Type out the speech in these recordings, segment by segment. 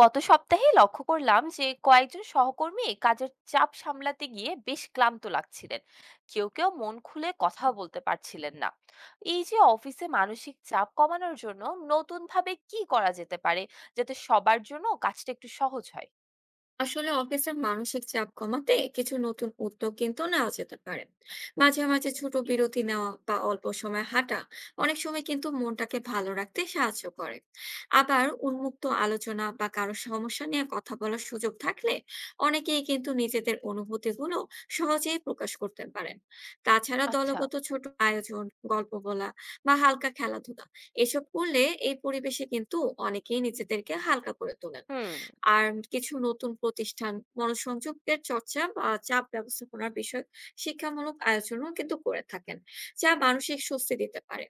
গত সপ্তাহে লক্ষ্য করলাম যে কয়েকজন সহকর্মী কাজের চাপ সামলাতে গিয়ে বেশ ক্লান্ত লাগছিলেন। কেউ কেউ মন খুলে কথা বলতে পারছিলেন না। এই যে অফিসে মানসিক চাপ কমানোর জন্য নতুন ভাবে কি করা যেতে পারে, যাতে সবার জন্য কাজটা একটু সহজ হয়? আসলে অফিসের মানসিক চাপ কমাতে কিছু নতুন উদ্যোগ কিন্তু নেওয়া যেতে পারে। মাঝে মাঝে ছোট বিরতি নেওয়া বা অল্প সময় হাঁটা অনেক সময় কিন্তু মনটাকে ভালো রাখতে সাহায্য করে। আবার উন্মুক্ত আলোচনা বা কারো সমস্যা নিয়ে কথা বলার সুযোগ থাকলে অনেকেই কিন্তু নিজেদের অনুভূতিগুলো সহজেই প্রকাশ করতে পারেন। তাছাড়া আচ্ছা। দলগত ছোট আয়োজন, গল্প বলা বা হালকা খেলাধুলা এসব করলে এই পরিবেশে কিন্তু অনেকেই নিজেদেরকে হালকা করে তোলেন। হুম। আর কিছু নতুন প্রতিষ্ঠান মনোসংযোগের চর্চা বা চাপ ব্যবস্থাপনার বিষয়ক শিক্ষামূলক আয়োজনও কিন্তু করে থাকেন, যা মানসিক স্বস্তি দিতে পারে।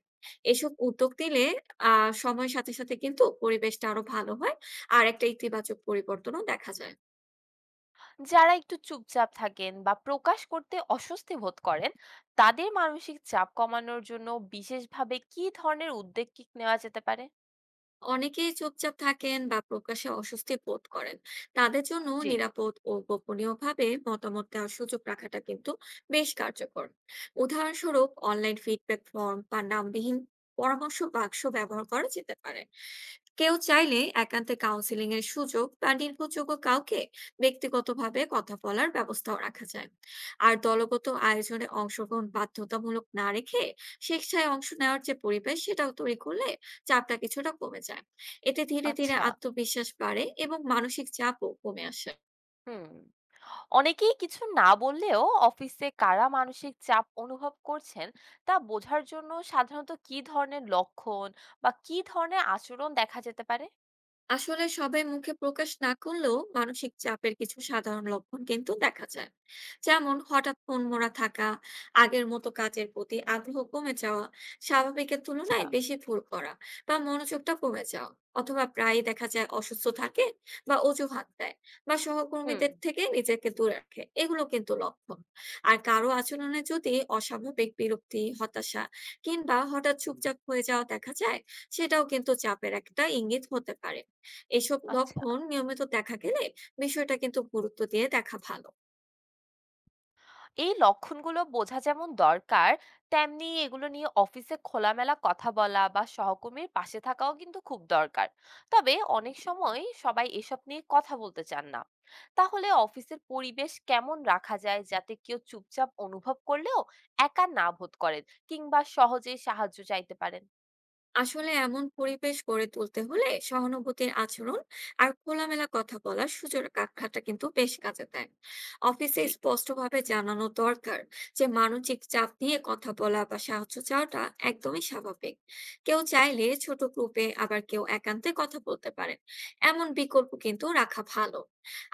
এসব উদ্যোগ নিলে সময়ের সাথে সাথে কিন্তু পরিবেশটা আরো ভালো হয় আর একটা ইতিবাচক পরিবর্তনও দেখা যায়। যারা একটু চুপচাপ থাকেন বা প্রকাশ করতে অস্বস্তি বোধ করেন, তাদের মানসিক চাপ কমানোর জন্য বিশেষভাবে কি ধরনের উদ্যোগ কি নেওয়া যেতে পারে? অনেকেই চুপচাপ থাকেন বা প্রকাশে অস্বস্তি বোধ করেন, তাদের জন্য জি। নিরাপদ ও গোপনীয় ভাবে মতামত দেওয়ার সুযোগ রাখাটা কিন্তু বেশ কার্যকর। উদাহরণস্বরূপ অনলাইন ফিডব্যাক ফর্ম বা নামবিহীন পরামর্শ বাক্স ব্যবহার করা যেতে পারে। কেউ চাইলে একান্তে কাউন্সিলিং এর সুযোগ বা নির্ভরযোগ্য কাউকে ব্যক্তিগতভাবে কথা বলার ব্যবস্থাও রাখা যায়। আর দলগত আয়োজনে অংশগ্রহণ বাধ্যতামূলক না রেখে স্বেচ্ছায় অংশ নেওয়ার যে পরিবেশ সেটাও তৈরি করলে চাপটা কিছুটা কমে যায়। এতে ধীরে ধীরে আচ্ছা। আত্মবিশ্বাস বাড়ে এবং মানসিক চাপও কমে আসে। হুম। অনেকেই কিছু না বললেও অফিসে কারা মানসিক চাপ অনুভব করছেন তা বোঝার জন্য সাধারণত কি ধরনের লক্ষণ বা কি ধরনের আচরণ দেখা যেতে পারে? আসলে সবাই মুখে প্রকাশ না করলেও মানসিক চাপের কিছু সাধারণ লক্ষণ কিন্তু দেখা যায়। যেমন হঠাৎ মনমরা থাকা, আগের মতো কাজের প্রতি আগ্রহ কমে যাওয়া, স্বাভাবিকের আচ্ছা। তুলনায় বেশি ভুল করা বা মনোযোগটা কমে যাওয়া, অথবা প্রায়ই দেখা যায় অসুস্থ থাকে বা অজুহাত দেয় বা হুম। সহকর্মীদের থেকে নিজেকে দূরে রাখে, এগুলো কিন্তু লক্ষণ। আর কারো আচরণে যদি অস্বাভাবিক বিরক্তি, হতাশা, কিংবা হঠাৎ চুপচাপ হয়ে যাওয়া দেখা যায়, সেটাও কিন্তু চাপের একটা ইঙ্গিত হতে পারে। এসব আচ্ছা। লক্ষণ নিয়মিত দেখা গেলে বিষয়টা কিন্তু গুরুত্ব দিয়ে দেখা ভালো। এই লক্ষণগুলো বোঝা যেমন দরকার, তেমনি এগুলো নিয়ে অফিসে খোলামেলা কথা বলা বা সহকর্মীর পাশে থাকাও কিন্তু খুব দরকার। তবে অনেক সময় সবাই এসব নিয়ে কথা বলতে চান না। তাহলে অফিসের পরিবেশ কেমন রাখা যায় যাতে কেউ চুপচাপ অনুভব করলেও একা না বোধ করেন, কিংবা সহজেই সাহায্য চাইতে পারেন? আসলে এমন পরিবেশ গড়ে তুলতে হলে সহানুভূতির আচরণ আর খোলামেলা কথা বলার সুযোগ রাখাটা কিন্তু বেশ কাজে দেয়। অফিসে জি। স্পষ্টভাবে জানানো দরকার যে মানসিক চাপ নিয়ে কথা বলা বা সাহায্য চাওয়াটা একদমই স্বাভাবিক। কেউ চাইলে ছোট গ্রুপে আবার কেউ একান্তে কথা বলতে পারেন, এমন বিকল্প কিন্তু রাখা ভালো।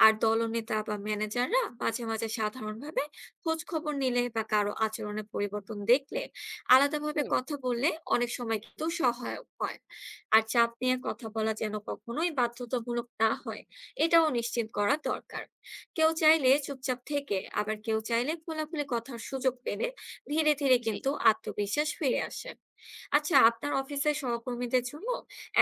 আর দলনেতা বা ম্যানেজাররা মাঝে মাঝে সাধারণভাবে খোঁজ খবর নিলে বা কারো আচরণে পরিবর্তন দেখলে আলাদাভাবে হুম। কথা বললে অনেক সময় কিন্তু সহায়ক হয়। আর চাপ নিয়ে কথা বলা যেন কখনোই বাধ্যতামূলক না হয়, এটাও নিশ্চিত করা দরকার। কেউ চাইলে চুপচাপ থেকে আবার কেউ চাইলে খোলাখুলি কথার সুযোগ পেলে ধীরে ধীরে জি। কিন্তু আত্মবিশ্বাস ফিরে আসে। আচ্ছা, আপনার অফিসের সহকর্মীদের জন্য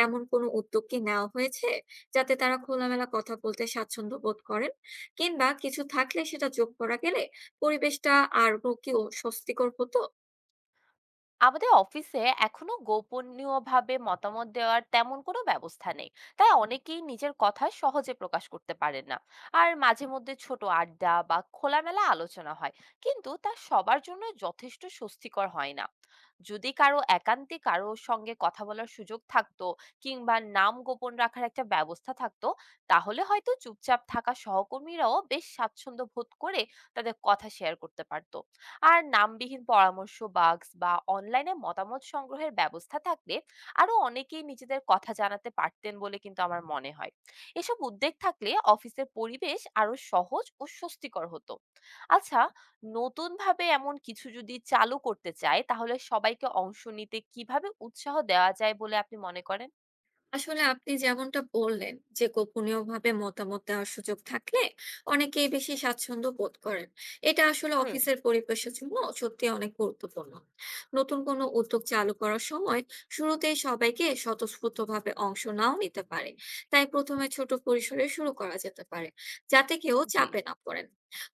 এমন কোনো উদ্যোগ কি নেওয়া হয়েছে, যাতে তারা খোলামেলা কথা বলতে স্বাচ্ছন্দ্য বোধ করেন? কিংবা কিছু থাকলে সেটা যোগ করা গেলে পরিবেশটা আরো কি ও স্বস্তিকর হতো? আমাদের অফিসে এখনো গোপনীয়ভাবে মতামত দেওয়ার তেমন কোনো ব্যবস্থা নেই, তাই অনেকেই নিজের কথা সহজে প্রকাশ করতে পারেন না। আর মাঝে মধ্যে ছোট আড্ডা বা খোলামেলা আলোচনা হয়, কিন্তু তা সবার জন্য যথেষ্ট স্বস্তিকর হয় না। যদি কারো একান্তে কারো সঙ্গে কথা বলার সুযোগ থাকতো, কিংবা নাম গোপন রাখার একটা ব্যবস্থা থাকতো, তাহলে হয়তো চুপচাপ থাকা সহকর্মীরাও বেশ স্বাচ্ছন্দ্য বোধ করে তাদের কথা শেয়ার করতে পারতো। আর নামবিহীন পরামর্শ বাক্স বা অনলাইনে মতামত সংগ্রহের ব্যবস্থা থাকলে আরো অনেকেই নিজেদের কথা জানাতে পারতেন বলে কিন্তু আমার মনে হয়। এসব উদ্যোগ থাকলে অফিসের পরিবেশ আরো সহজ ও স্বস্তিকর হতো। আচ্ছা। নতুন ভাবে এমন কিছু যদি চালু করতে চায়, তাহলে সবাইকে অংশ নিতে কিভাবে উৎসাহ দেওয়া যায় বলে আপনি মনে করেন? আসলে আপনি যেমনটা বললেন যে গোপনীয়ভাবে মতামত দেওয়ার সুযোগ থাকলে অনেকেই বেশি স্বাচ্ছন্দ্য বোধ করেন, এটা আসলে হুম। অফিসের পরিবেশের জন্য সত্যি অনেক গুরুত্বপূর্ণ। নতুন কোনো উদ্যোগ চালু করার সময় শুরুতেই সবাইকে স্বতঃস্ফূর্তভাবে অংশ নাও নিতে পারে, তাই প্রথমে ছোট পরিসরে শুরু করা যেতে পারে, যাতে কেউ জি। চাপে না পড়েন।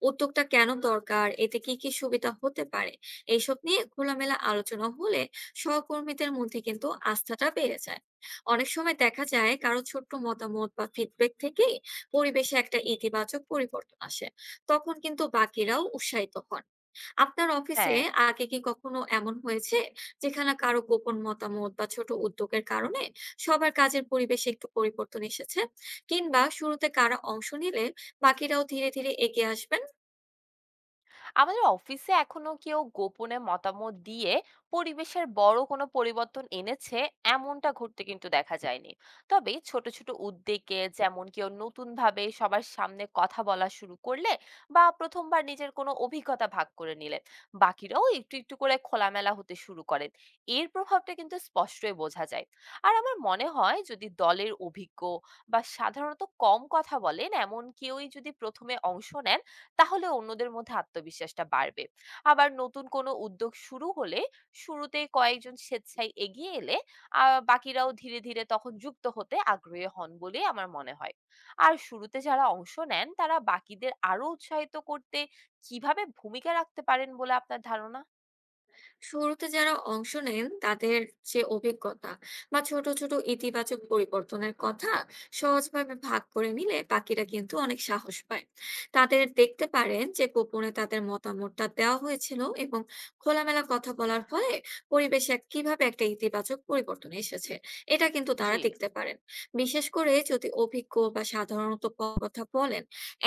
উদ্যোগটা কেন দরকার, এতে কি কি সুবিধা হতে পারে, এইসব নিয়ে খোলামেলা আলোচনা হলে সহকর্মীদের মধ্যে কিন্তু আস্থাটা বেড়ে যায়। অনেক সময় দেখা যায় কারো ছোট্ট মতামত বা ফিডব্যাক থেকেই পরিবেশে একটা ইতিবাচক পরিবর্তন আসে, তখন কিন্তু বাকিরাও উৎসাহিত হন। আপনার অফিসে হ্যাঁ। আগে কি কখনো এমন হয়েছে যেখানে কারো গোপন মতামত বা ছোট উদ্যোগের কারণে সবার কাজের পরিবেশে একটু পরিবর্তন এসেছে? কিংবা শুরুতে কারা অংশ নিলে বাকিরাও ধীরে ধীরে এগিয়ে আসবে? আমাদের অফিসে এখনো কেউ গোপনে মতামত দিয়ে পরিবেশের বড় কোনো পরিবর্তন এনেছে এমনটা ঘটতে কিন্তু দেখা যায়নি। তবে ছোট ছোট উদ্যোগে, যেমন কেউ নতুন ভাবে সবার সামনে কথা বলা শুরু করলে বা প্রথমবার নিজের কোনো অভিজ্ঞতা ভাগ করে নিলে, বাকিরাও একটু একটু করে খোলামেলা হতে শুরু করেন। এর প্রভাবটা কিন্তু স্পষ্টই বোঝা যায়। আর আমার মনে হয়, যদি দলের অভিজ্ঞ বা সাধারণত কম কথা বলেন এমন কেউই যদি প্রথমে অংশ নেন, তাহলে অন্যদের মধ্যে আত্মবিশ্বাসটা বাড়বে। আবার নতুন কোনো উদ্যোগ শুরু হলে শুরুতে কয়েকজন স্বেচ্ছায় এগিয়ে এলে বাকিরাও ধীরে ধীরে তখন যুক্ত হতে আগ্রহী হন বলেই আমার মনে হয়। আর শুরুতে যারা অংশ নেন তারা বাকিদের আরো উৎসাহিত করতে কিভাবে ভূমিকা রাখতে পারেন বলে আপনার ধারণা? শুরুতে যারা অংশ নেন তাদের যে অভিজ্ঞতা বা ছোট ছোট ইতিবাচক পরিবর্তনের কথা সহজভাবে ভাগ করে নিলে বাকিরা কিন্তু অনেক সাহস পায়। তাদের দেখতে পারেন যে গোপনে তাদের মতামতটা দেওয়া হয়েছিল এবং খোলামেলা কথা বলার ফলে পরিবেশে কিভাবে একটা ইতিবাচক পরিবর্তন এসেছে এটা কিন্তু জি। তারা দেখতে পারেন। বিশেষ করে যদি অভিজ্ঞ বা সাধারণত কথা বলেন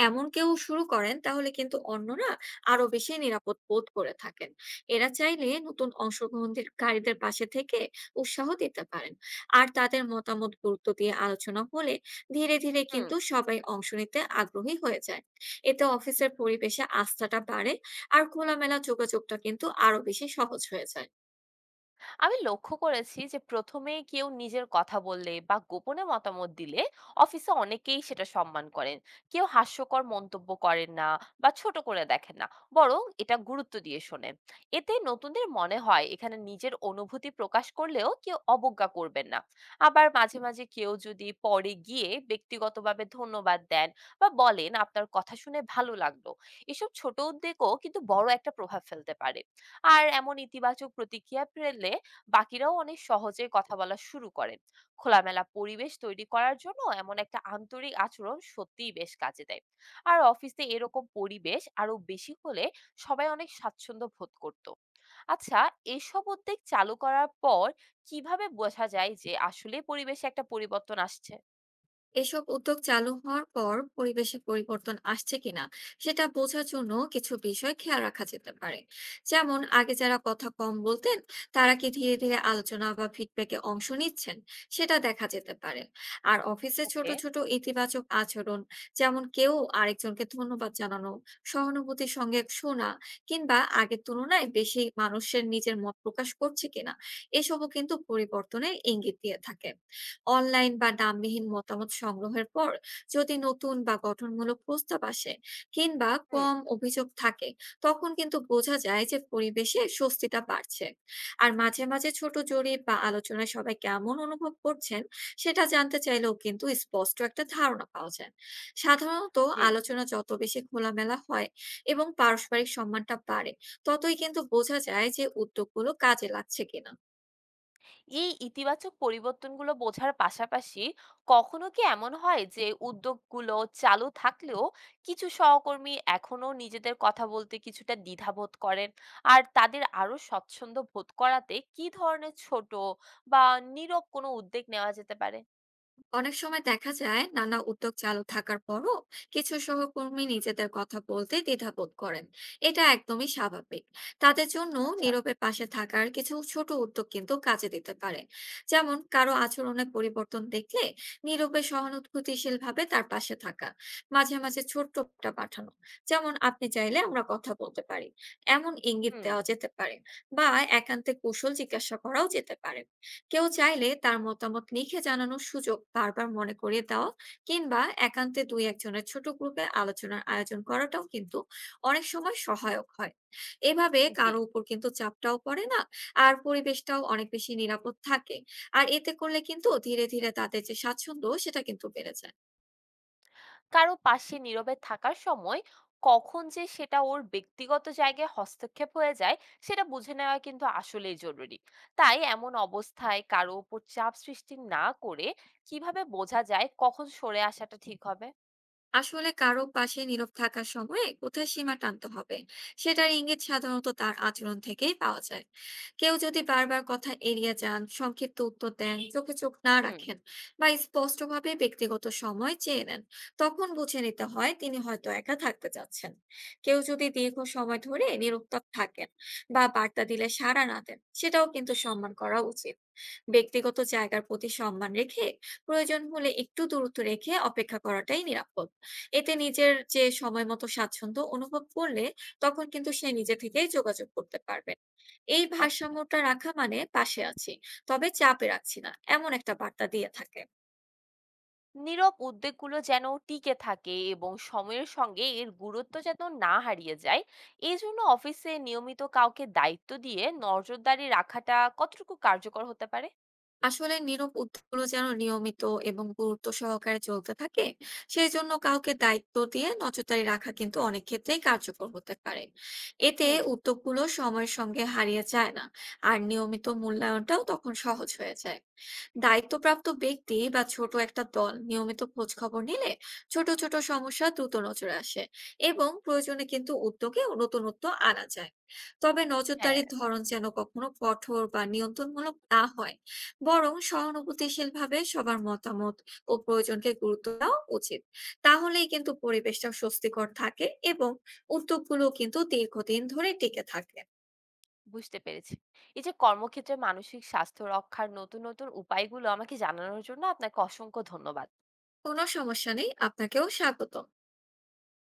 এমন কেউ শুরু করেন তাহলে কিন্তু অন্যরা আরো বেশি নিরাপদ বোধ করে থাকেন। এরা চাইলে নতুন অংশগ্রহণকারীদের পাশে থেকে উৎসাহ দিতে পারেন। আর তাদের মতামত গুরুত্ব দিয়ে আলোচনা হলে ধীরে ধীরে হুম। কিন্তু সবাই অংশ নিতে আগ্রহী হয়ে যায়। এতে অফিসের পরিবেশে আস্থাটা বাড়ে আর খোলামেলা যোগাযোগটা কিন্তু আরো বেশি সহজ হয়ে যায়। আমি লক্ষ্য করেছি যে প্রথমে কেউ নিজের কথা বললে বা গোপনে মতামত দিলে অফিসে অনেকেই সেটা সম্মান করেন। কেউ হাস্যকর মন্তব্য করেন না বা ছোট করে দেখেন না, বরং এটা গুরুত্ব দিয়ে শোনেন। এতে নতুনদের মনে হয় এখানে নিজের অনুভূতি প্রকাশ করলেও কেউ অবজ্ঞা করবেন না। আবার মাঝে মাঝে কেউ যদি পরে গিয়ে ব্যক্তিগতভাবে ধন্যবাদ দেন বা বলেন আপনার কথা শুনে ভালো লাগলো, এসব ছোট উদ্যোগও কিন্তু বড় একটা প্রভাব ফেলতে পারে। আর এমন ইতিবাচক প্রতিক্রিয়া পেলে বাকিরাও অনেক সহজে কথা বলা শুরু করেন। খোলামেলা পরিবেশ তৈরি করার জন্য এমন একটা আন্তরিক আচরণ সত্যিই বেশ কাজে দেয়। আর অফিসে এরকম পরিবেশ আরো বেশি হলে সবাই অনেক স্বাচ্ছন্দ্য বোধ করত। আচ্ছা। এসব উদ্যোগ চালু করার পর কিভাবে বোঝা যায় যে আসলে পরিবেশে একটা পরিবর্তন আসছে? এসব উদ্যোগ চালু হওয়ার পর পরিবেশে পরিবর্তন আসছে কিনা সেটা বোঝার জন্য কিছু বিষয় খেয়াল রাখা যেতে পারে। যেমন আগে যারা কথা কম বলতেন তারা কি ধীরে ধীরে আলোচনা বা ফিডব্যাকে অংশ নিচ্ছেন, সেটা দেখা যেতে পারে। আর অফিসে ছোট ওকে। ছোট ইতিবাচক আচরণ, যেমন কেউ আরেকজনকে ধন্যবাদ জানানো, সহানুভূতির সঙ্গে শোনা, কিংবা আগের তুলনায় বেশি মানুষের নিজের মত প্রকাশ করছে কিনা, এসবও কিন্তু পরিবর্তনের ইঙ্গিত দিয়ে থাকে। অনলাইন বা নামবিহীন মতামত সংগ্রহের পর যদি নতুন বা গঠনমূলক প্রস্তাব আসে কিংবা হুম। কম অভিযোগ থাকে, তখন কিন্তু বোঝা যায় যে পরিবেশে স্বস্তিটা বাড়ছে। আর মাঝে মাঝে ছোট জরিপ বা আলোচনায় সবাই কেমন অনুভব করছেন সেটা জানতে চাইলেও কিন্তু স্পষ্ট একটা ধারণা পাওয়া যায়। সাধারণত জি। আলোচনা যত বেশি খোলামেলা হয় এবং পারস্পরিক সম্মানটা বাড়ে, ততই কিন্তু বোঝা যায় যে উদ্যোগগুলো কাজে লাগছে কিনা। এই ইতিবাচক পরিবর্তনগুলো বোঝার পাশাপাশি কখনো কি এমন হয় যে উদ্যোগগুলো চালু থাকলেও কিছু সহকর্মী এখনো নিজেদের কথা বলতে কিছুটা দ্বিধাবোধ করেন? আর তাদের আরো স্বচ্ছন্দ বোধ করাতে কি ধরনের ছোট বা নীরব কোনো উদ্যোগ নেওয়া যেতে পারে? অনেক সময় দেখা যায় নানা উদ্যোগ চালু থাকার পরও কিছু সহকর্মী নিজেদের কথা বলতে দ্বিধাবোধ করেন, এটা একদমই স্বাভাবিক। তাদের জন্য আচ্ছা। নীরবে পাশে থাকার কিছু ছোট উদ্যোগ কিন্তু কাজে দিতে পারে। যেমন কারো আচরণে পরিবর্তন দেখলে নীরবে সহানুভূতিশীল ভাবে তার পাশে থাকা, মাঝে মাঝে ছোট্ট একটা পাঠানো, যেমন আপনি চাইলে আমরা কথা বলতে পারি, এমন ইঙ্গিত হুম। দেওয়া যেতে পারে। বা একান্তে কৌশল জিজ্ঞাসা করাও যেতে পারে। কেউ চাইলে তার মতামত লিখে জানানোর সুযোগ বারবার মনে করিয়ে দেওয়া কিংবা একান্তে দুই একজনের ছোট গ্রুপে আলোচনার আয়োজন করাটাও কিন্তু অনেক সময় সহায়ক হয়। এভাবে জি। কারো উপর কিন্তু চাপটাও পড়ে না আর পরিবেশটাও অনেক বেশি নিরাপদ থাকে। আর এতে করলে কিন্তু ধীরে ধীরে তাদের যে স্বাচ্ছন্দ্য সেটা কিন্তু বেড়ে যায়। কারো পাশে নীরবে থাকার সময় কখন যে সেটা ওর ব্যক্তিগত জায়গায় হস্তক্ষেপ হয়ে যায় সেটা বুঝে নেওয়া কিন্তু আসলেই জরুরি। তাই এমন অবস্থায় কারো উপর চাপ সৃষ্টি না করে কিভাবে বোঝা যায় কখন সরে আসাটা ঠিক হবে? আসলে কারো পাশে নীরব থাকার সময় কোথায় সীমা টানতে হবে সেটার ইঙ্গিত সাধারণত তার আচরণ থেকেই পাওয়া যায়। কেউ যদি বারবার কথা এড়িয়ে যান, সংক্ষিপ্ত উত্তর দেন, চোখে চোখ না হুম। রাখেন বা স্পষ্টভাবে ব্যক্তিগত সময় চেয়ে নেন, তখন বুঝে নিতে হয় তিনি হয়তো একা থাকতে চাচ্ছেন। কেউ যদি দীর্ঘ সময় ধরে নিরুত্তর থাকেন বা বার্তা দিলে সাড়া না দেন, সেটাও কিন্তু সম্মান করা উচিত। ব্যক্তিগত জায়গার প্রতি সম্মান রেখে প্রয়োজন হলে একটু দূরত্ব রেখে অপেক্ষা করাটাই নিরাপদ। এতে নিজের যে সময় মতো স্বাচ্ছন্দ্য অনুভব করলে তখন কিন্তু সে নিজে থেকেই যোগাযোগ করতে পারবেন। এই আচ্ছা। ভারসাম্যটা রাখা মানে পাশে আছি তবে চাপে রাখছি না, এমন একটা বার্তা দিয়ে থাকে। নীরব উদ্বেগগুলো যেন টিকে থাকে এবং সময়ের সঙ্গে এর গুরুত্ব যেন না হারিয়ে যায়, এই জন্য অফিসে নিয়মিত কাউকে দায়িত্ব দিয়ে নজরদারি রাখাটা কতটুকু কার্যকর হতে পারে? আসলে নীরব উদ্যোগগুলো যেন নিয়মিত এবং গুরুত্ব সহকারে চলতে থাকে সেই জন্য কাউকে দায়িত্ব দিয়ে নজরদারি রাখা কিন্তু অনেক ক্ষেত্রেই কার্যকর হতে পারে। এতে হুম। উদ্যোগগুলো সময়ের সঙ্গে হারিয়ে যায় না আর নিয়মিত মূল্যায়নটাও তখন সহজ হয়ে যায়। দায়িত্বপ্রাপ্ত ব্যক্তি বা ছোট একটা দল নিয়মিত খোঁজ খবর নিলে ছোট ছোট সমস্যা দ্রুত নজরে আসে এবং প্রয়োজনে কিন্তু উদ্যোগে নতুনত্ব আনা যায়। তবে হ্যাঁ। নজরদারির ধরন যেন কখনো কঠোর বা নিয়ন্ত্রণমূলক না হয়, বরং সহানুভূতিশীলভাবে সবার মতামত ও প্রয়োজনকে গুরুত্ব দেওয়া উচিত। তাহলেই কিন্তু পরিবেশটা স্বস্তিকর থাকে এবং উদ্যোগগুলো কিন্তু দীর্ঘদিন ধরে টিকে থাকে। বুঝতে পেরেছি। এই যে কর্মক্ষেত্রে মানসিক স্বাস্থ্য রক্ষার নতুন, নতুন উপায়গুলো আমাকে জানানোর জন্য আপনাকে অসংখ্য ধন্যবাদ। কোনো সমস্যা নেই, আপনাকেও স্বাগত।